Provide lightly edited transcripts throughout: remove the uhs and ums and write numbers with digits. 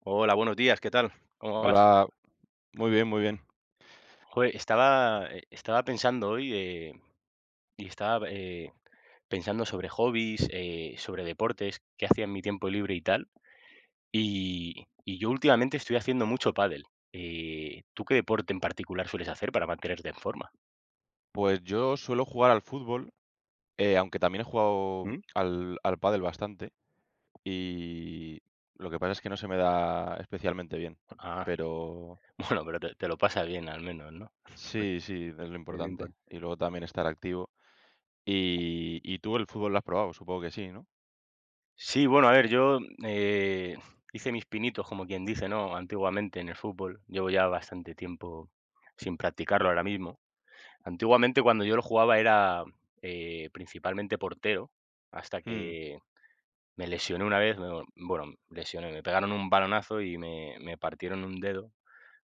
Hola, buenos días, ¿qué tal? ¿Cómo vas? Hola, muy bien, muy bien. Joder, estaba, estaba pensando hoy, y estaba pensando sobre hobbies, sobre deportes, qué hacía en mi tiempo libre y tal. Y yo últimamente estoy haciendo mucho pádel. ¿Tú qué deporte en particular sueles hacer para mantenerte en forma? Pues yo suelo jugar al fútbol, aunque también he jugado ¿Mm? al pádel bastante y lo que pasa es que no se me da especialmente bien, Ah, pero bueno, pero te lo pasas bien al menos, ¿no? sí, sí, es lo El lo. importante. Y luego también estar activo. Y tú el fútbol lo has probado, supongo que sí, ¿no? Sí, bueno, a ver, yo, eh, hice mis pinitos, como quien dice, ¿no? Antiguamente en el fútbol. Llevo ya bastante tiempo sin practicarlo ahora mismo. Antiguamente, cuando yo lo jugaba era, principalmente portero, hasta Mm, que me lesioné una vez, me bueno, lesioné, me pegaron un balonazo y me partieron un dedo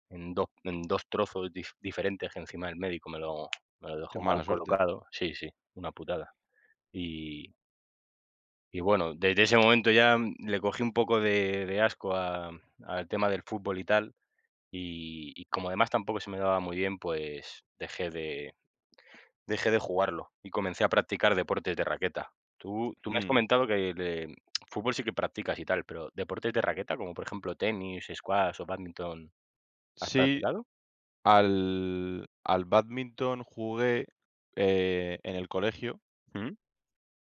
en dos, en 2 trozos diferentes, que encima el médico me lo dejó qué mal mala suerte. colocado. Sí, sí, una putada. Y y bueno, desde ese momento ya, le cogí un poco de asco a al tema del fútbol y tal, y como además tampoco se me daba muy bien, pues dejé de jugarlo y comencé a practicar deportes de raqueta. Tú me has Mm. comentado que el fútbol sí que practicas y tal, pero deportes de raqueta, como por ejemplo tenis, squash o bádminton, ¿has Sí, practicado? al bádminton jugué en el colegio Mm,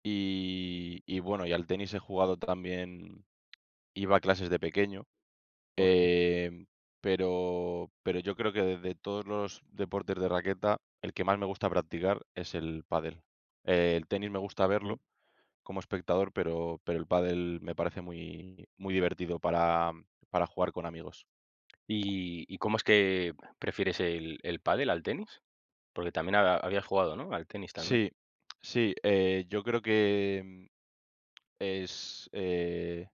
y bueno, y al tenis he jugado también. Iba a clases de pequeño, uf, em, pero yo creo que de todos los deportes de raqueta, el que más me gusta practicar es el pádel. El tenis me gusta verlo mm. como espectador, pero el pádel me parece muy muy divertido para jugar con amigos. Y cómo es que prefieres el pádel al tenis? Porque también habías jugado, ¿no? Al tenis también. Sí, sí, yo creo que es, eh,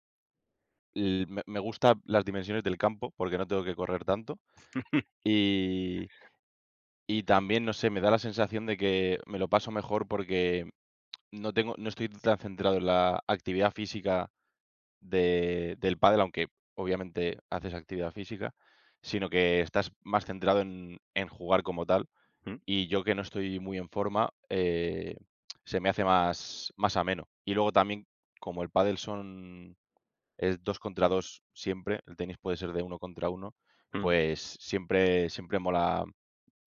l me gusta las dimensiones del campo, porque no tengo que correr tanto, y. Y también, no sé, me da la sensación de que me lo paso mejor porque no estoy tan centrado en la actividad física del pádel, aunque obviamente haces actividad física, sino que estás más centrado en jugar como tal. Mm, Y yo que no estoy muy en forma, se me hace más, más ameno. Y luego también, como el pádel son, es dos contra dos siempre, el tenis puede ser de uno contra uno, mm, pues siempre, siempre mola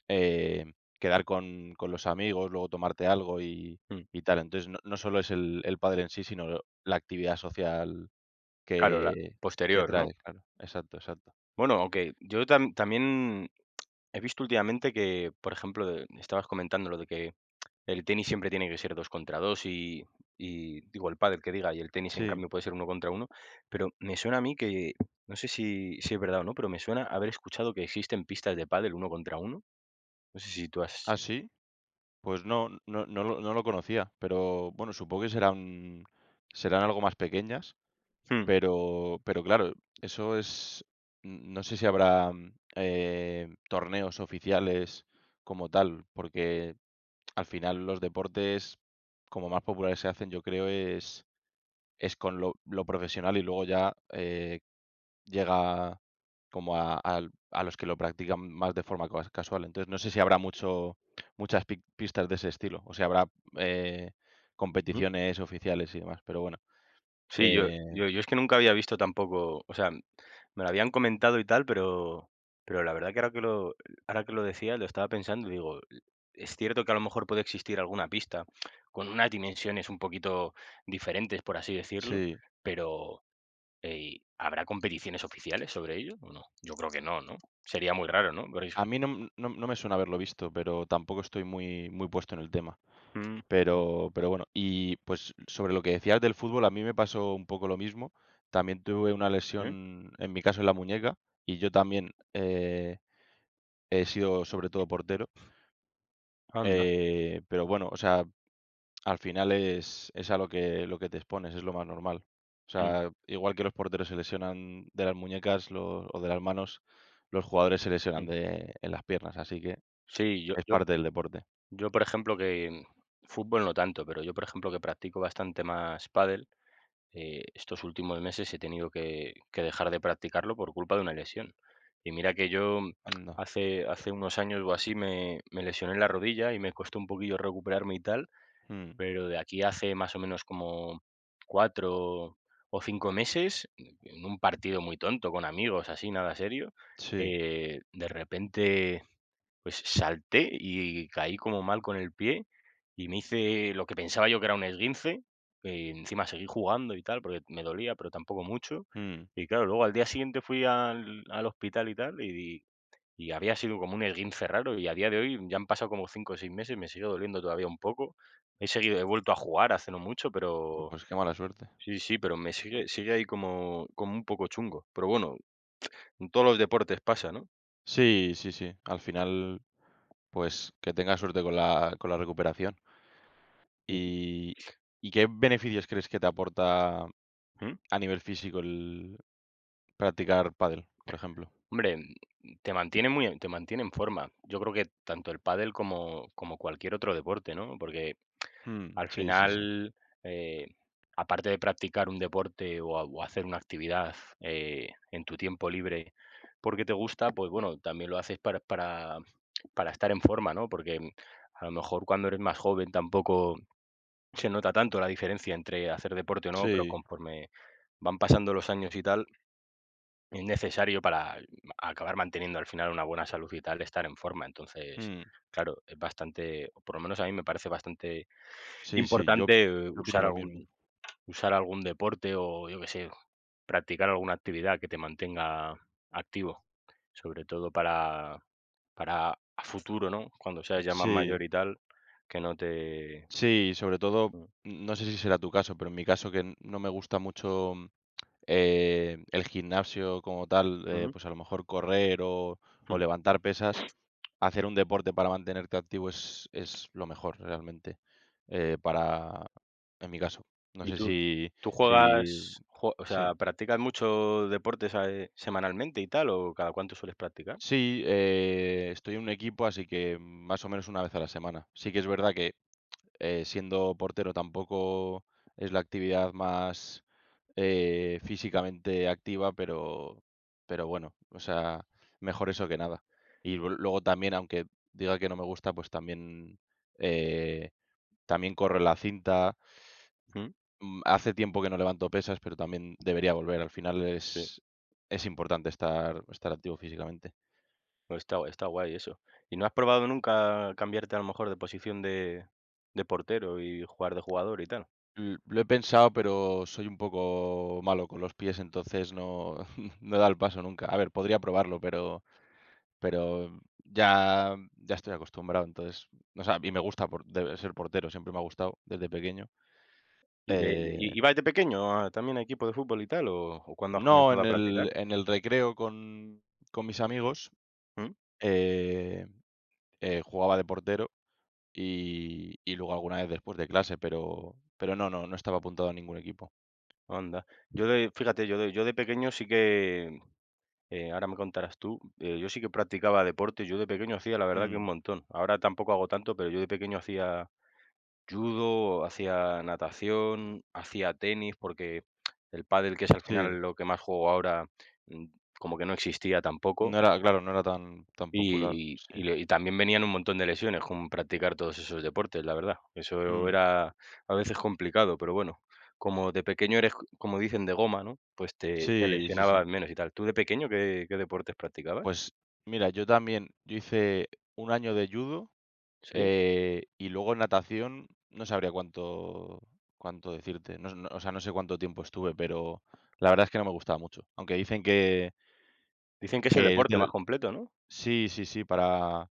eh, quedar con los amigos, luego tomarte algo mm. y tal. Entonces, no, no solo es el pádel en sí, sino la actividad social Claro, la que, que posterior, ¿no? trae, claro. Exacto, exacto. Bueno, aunque yo también he visto últimamente que, por ejemplo, de- estabas comentando lo de que el tenis siempre tiene que ser 2 contra 2 y digo, el pádel, que diga, y el tenis, en Sí. cambio, puede ser uno contra uno, pero me suena a mí que, no sé si es verdad o no, pero me suena haber escuchado que existen pistas de pádel uno contra uno. No sé si tú has. ¿Ah, sí? Pues no, no, no no lo conocía, pero bueno, supongo que serán, serán algo más pequeñas, Mm, pero claro, eso es, no sé si habrá torneos oficiales como tal, porque al final los deportes como más populares se hacen, yo creo, es con lo profesional y luego ya llega como a, a los que lo practican más de forma casual. Entonces, no sé si habrá mucho, muchas pistas de ese estilo o si habrá eh, mm. competiciones oficiales y demás, pero bueno. Sí, yo eh, yo yo es que nunca había visto tampoco, o sea, me lo habían comentado y tal, pero la verdad que ahora que lo decía lo estaba pensando y digo, es cierto que a lo mejor puede existir alguna pista con unas dimensiones un poquito diferentes, por así decirlo, sí, pero ey, ¿habrá competiciones oficiales sobre ello o no? Yo creo que no, ¿no? Sería muy raro, ¿no? Pero es a mí no, no me suena haberlo visto, pero tampoco estoy muy, muy puesto en el tema. mm, Pero bueno, y pues sobre lo que decías del fútbol, a mí me pasó un poco lo mismo. También tuve una ¿eh? lesión, en mi caso en la muñeca, y yo también, he sido sobre todo portero. Anda, Pero bueno, o sea, al final es a lo que te expones, es lo más normal. O mm, sea, igual que los porteros se lesionan de las muñecas lo o de las manos, los jugadores se lesionan mm. de en las piernas, así que Sí, yo es yo parte del deporte. yo, por ejemplo, que fútbol no tanto, pero yo, por ejemplo, que practico bastante más pádel, estos últimos meses he tenido que dejar de practicarlo por culpa de una lesión. Y mira que yo Anda. Hace unos años o así me lesioné la rodilla y me costó un poquillo recuperarme y tal, Mm, pero de aquí hace más o menos como 4 o 5 meses, en un partido muy tonto con amigos, así, nada serio, sí, de repente, pues salté y caí como mal con el pie y me hice lo que pensaba yo que era un esguince. Encima seguí jugando y tal, porque me dolía, pero tampoco mucho. mm. Y claro, luego al día siguiente fui al hospital y tal, y había sido como un esguince raro y a día de hoy ya han pasado como 5 o 6 meses, me sigue doliendo todavía un poco. He seguido he vuelto a jugar hace no mucho, Jo, pero pues qué mala suerte. sí, sí, pero me sigue ahí como un poco chungo. Pero bueno, en todos los deportes pasa, ¿no? Sí, sí, sí. Al final, pues que tengas suerte con la recuperación. Y ¿Y, y qué beneficios crees que te aporta ¿mm? a nivel físico el practicar pádel, por ejemplo? Hombre, te mantiene en forma. Yo creo que tanto el pádel como cualquier otro deporte, ¿no? Porque Mm, al sí, sí, sí. final, eh, aparte de practicar un deporte o, o hacer una actividad en tu tiempo libre porque te gusta, pues bueno, también lo haces para estar en forma, ¿no? Porque a lo mejor cuando eres más joven tampoco se nota tanto la diferencia entre hacer deporte o no, pero Sí, conforme van pasando los años y tal, es necesario para acabar manteniendo al final una buena salud y tal, estar en forma. Entonces, mm, claro, es bastante, o por lo menos a mí me parece bastante sí, sí, yo, importante, yo opino lo mismo. Usar algún deporte o, yo qué sé, practicar alguna actividad que te mantenga activo, sobre todo para a futuro, ¿no? Cuando seas ya más mayor Sí, y tal, que no te sí, sobre todo, mm, no sé si será tu caso, pero en mi caso que no me gusta mucho el gimnasio como tal, ujú, pues a lo mejor correr o jum. levantar pesas, hacer un deporte para mantenerte activo es lo mejor realmente, para, en mi caso. No ¿Y sé si, tú si, jue o sí, sea, practicas mucho deportes, semanalmente y tal, o cada cuánto sueles practicar? sí, estoy en un equipo, así que más o menos una vez a la semana. Sí que es verdad que siendo portero tampoco es la actividad más físicamente activa, pero bueno, o sea, mejor eso que nada. Y luego también, aunque diga que no me gusta, pues también, eh, también corre la cinta. Mm, Mm, hace tiempo que no levanto pesas, pero también debería volver. Al final sí, es importante estar, estar activo físicamente. pues está guay eso. ¿Y no has probado nunca cambiarte a lo mejor de posición de portero y jugar de jugador y tal? Lo he pensado, pero soy un poco malo con los pies, entonces no, no he dado el paso nunca. A ver, podría probarlo, pero ya, ya estoy acostumbrado, entonces, o sea, y me gusta ser portero, siempre me ha gustado desde pequeño. ¿Y de i Eh, ibas de pequeño a también a equipo de fútbol y tal, o cuándo has no, comenzado a practicar? En el recreo con mis amigos Mm, eh, jugaba de portero. Y luego alguna vez después de clase, pero no, no, no estaba apuntado a ningún equipo. anda. Yo de fíjate, yo de pequeño sí que, ahora me contarás tú, yo sí que practicaba deporte, yo de pequeño hacía la verdad que un Mm, montón. Ahora tampoco hago tanto, pero yo de pequeño hacía judo, hacía natación, hacía tenis, porque el pádel, que es al sí, final lo que más juego ahora, mm, como que no existía tampoco. no era claro, no era tan tan popular, Y sí. Le y también venían un montón de lesiones con practicar todos esos deportes, la verdad. Eso Mm, era a veces complicado, pero bueno, como de pequeño eres, como dicen, de goma, ¿no? Pues te sí, sí, sí. lesionabas menos y tal. ¿Tú de pequeño qué deportes practicabas? Pues mira, yo también, yo hice un año de judo, ¿Sí? Y luego natación, no sabría cuánto cuánto decirte, no no, o sea, no sé cuánto tiempo estuve, pero la verdad es que no me gustaba mucho, aunque dicen Dicen que es el que es deporte más del completo, ¿no? sí, sí, sí, para.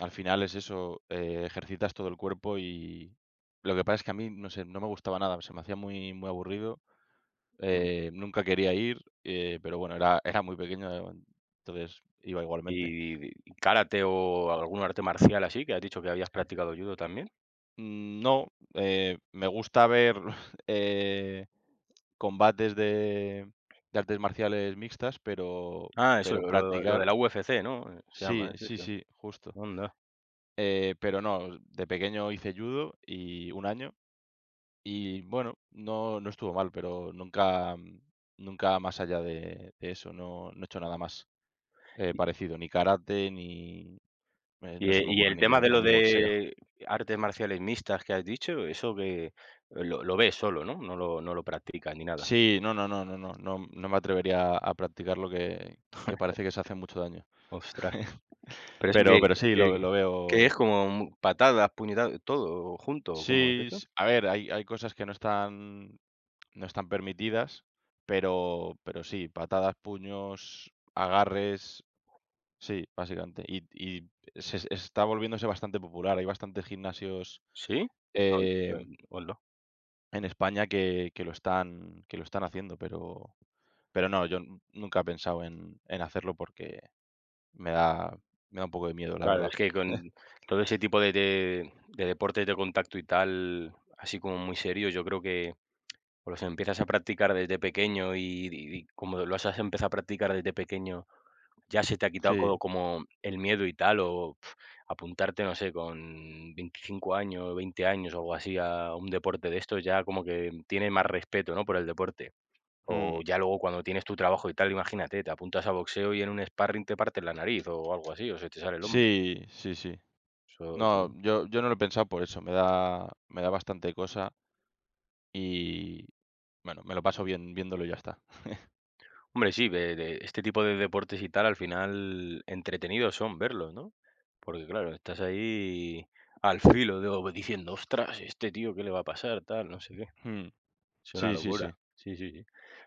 Al final es eso, ejercitas todo el cuerpo y lo que pasa es que a mí, no sé, no me gustaba nada, se me hacía muy, muy aburrido, Mm. Nunca quería ir, pero bueno, era, era muy pequeño, entonces iba igualmente. Y karate o algún arte marcial así, que has dicho que habías practicado judo también? Mm, no, me gusta ver eh, combates de artes marciales mixtas, Ah, eso, pero lo practicar, de la UFC, ¿no? Se llama, sí, es sí, eso. sí, justo. Anda. Pero no, de pequeño hice judo y un año. Y bueno, no no estuvo mal, pero nunca nunca más allá de eso, no no he hecho nada más, parecido, ni karate, ni, no se me Y ocurre el tema ninguna de otra, lo ni boxeo. de artes marciales mixtas que has dicho, eso que lo ves solo, ¿no? No lo practicas ni nada. Sí, no, no, no, no, no, no no me atrevería a practicar lo que parece que se hace mucho daño. Ostras, pero eso que Pero sí, que lo que es veo. como mu- patadas, puñetazos, todo junto, ¿cómo es Sí, eso? s a ver, hay hay cosas que no están no están permitidas, pero sí, patadas, puños, agarres. Sí, básicamente. Y se se está volviéndose bastante popular. Hay bastantes gimnasios, ¿Sí? No, yo eh, hola. en España que que lo están haciendo, pero no, yo nunca he pensado en hacerlo porque me da me da un poco de miedo, la Claro, verdad. es que con todo ese tipo de deportes de contacto y tal, así como muy serio, yo creo que o los empiezas a practicar desde pequeño y como los has empezado a practicar desde pequeño ya se te ha quitado co Sí, como el miedo y tal, o pf, apuntarte, no sé, con 25 años, 20 años o algo así a un deporte de estos, ya como que tienes más respeto, ¿no?, por el deporte. O mm, ya luego cuando tienes tu trabajo y tal, imagínate, te apuntas a boxeo y en un sparring te partes la nariz o algo así, o se te sale el hombro. sí, sí, sí. Eso No, yo yo no lo he pensado por eso, me da bastante cosa y, bueno, me lo paso bien viéndolo y ya está. hombre, sí, de este tipo de deportes y tal, al final entretenidos son verlos, ¿no? Porque claro, estás ahí al filo de diciendo: "Ostras, este tío, ¿qué le va a pasar?", tal, no sé qué. Mm, Es una sí, sí, locura. sí. Sí, sí, sí.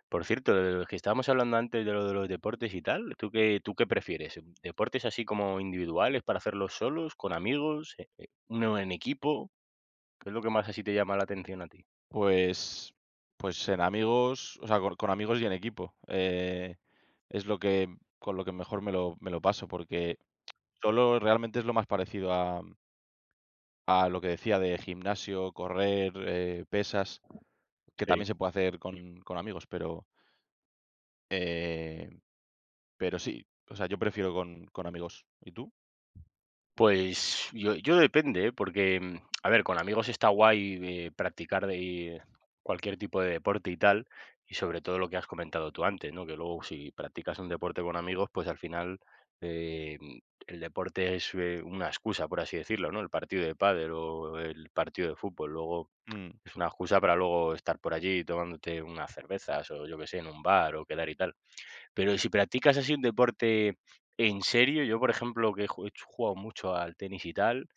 Por cierto, de los que estábamos hablando antes de lo de los deportes y tal, ¿tú qué prefieres? ¿Deportes así como individuales para hacerlos solos, con amigos, uno en equipo? ¿Qué es lo que más así te llama la atención a ti? Pues pues en amigos, o sea, con amigos y en equipo, es lo que con lo que mejor me lo paso, porque solo realmente es lo más parecido a lo que decía de gimnasio, correr, pesas, que Sí. también se puede hacer con amigos, eh, pero sí, o sea, yo prefiero con amigos, ¿y tú? Pues yo depende, ¿eh? Porque, mm, a ver, con amigos está guay, practicar de cualquier tipo de deporte y tal, y sobre todo lo que has comentado tú antes, ¿no? Que luego si practicas un deporte con amigos, pues al final, mm, el deporte es, una excusa, por así decirlo, ¿no? El partido de pádel o el partido de fútbol, luego Mm, es una excusa para luego estar por allí tomándote unas cervezas o yo qué sé, en un bar o quedar y tal. Pero si practicas así un deporte en serio, yo, por ejemplo, que he jugado mucho al tenis y tal,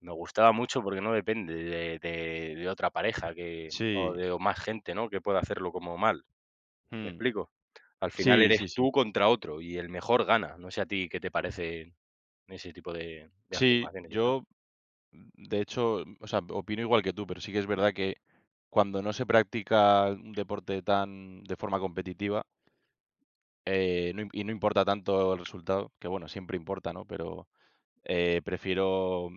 me gustaba mucho porque no depende de otra pareja que sí, o más gente, ¿no?, que pueda hacerlo como mal, ¿me mm, explico? Al final sí, eres sí, sí. tú contra otro y el mejor gana. No sé a ti qué te parece ese tipo de Sí, afirmaciones y tal. yo. De hecho, o sea, opino igual que tú, pero sí que es verdad que cuando no se practica un deporte tan de forma competitiva, no importa tanto el resultado, que bueno, siempre importa, ¿no? Pero prefiero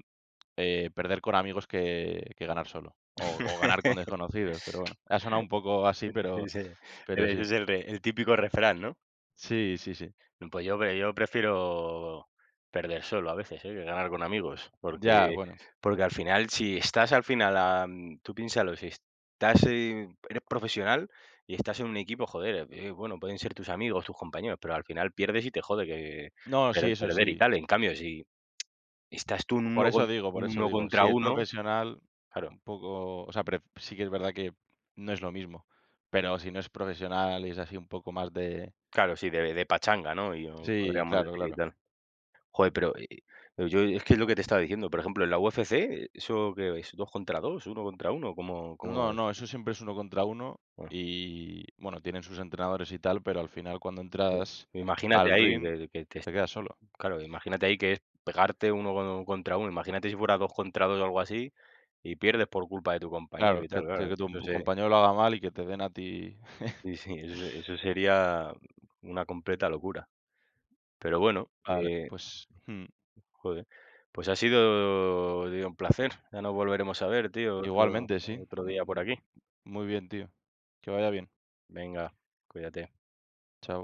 perder con amigos que ganar solo. O ganar con desconocidos, pero bueno. Ha sonado un poco así, Ese pero sí. es el típico refrán, ¿no? Sí, sí, sí. Mm, pues yo prefiero perder solo a veces, ¿eh?, que ganar con amigos, Ya, porque bueno. porque al final, si estás al final, am, tú piénsalo, si estás, eres profesional y estás en un equipo, joder, bueno, pueden ser tus amigos, tus compañeros, pero al final pierdes y te jode que No, sí, eso perder y sí. tal. En cambio, si estás tú en uno con Por eso uno digo, si contra es uno, profesional, claro, un poco, o sea, pref sí que es verdad que no es lo mismo, pero si no es profesional y es así un poco más de claro, sí, de pachanga, ¿no? Y o sí, podríamos claro, decir y claro. tal. Joder, pero yo es que es lo que te estaba diciendo, por ejemplo, en la UFC, ¿eso qué es? ¿Dos contra dos, uno contra uno? ¿Cómo cómo No, es? no, eso siempre es uno contra uno Bueno, y, bueno, tienen sus entrenadores y tal, pero al final cuando claro, entras imagínate al ahí ring que te te quedas solo. claro, imagínate ahí que es pegarte uno contra uno. Imagínate si fuera 2 contra 2 o algo así, y pierdes por culpa de tu compañero Claro, y que tal, te claro, es que que tu eso sería, compañero lo haga mal y que te den a ti. sí, sí, eso se eso sería una completa locura. Pero bueno, Vale, pues, joder, pues ha sido, tío, un placer, ya nos volveremos a ver, tío, igualmente, sí. otro día por Mm, aquí. muy bien, tío. Que vaya bien. Venga, cuídate. Chao.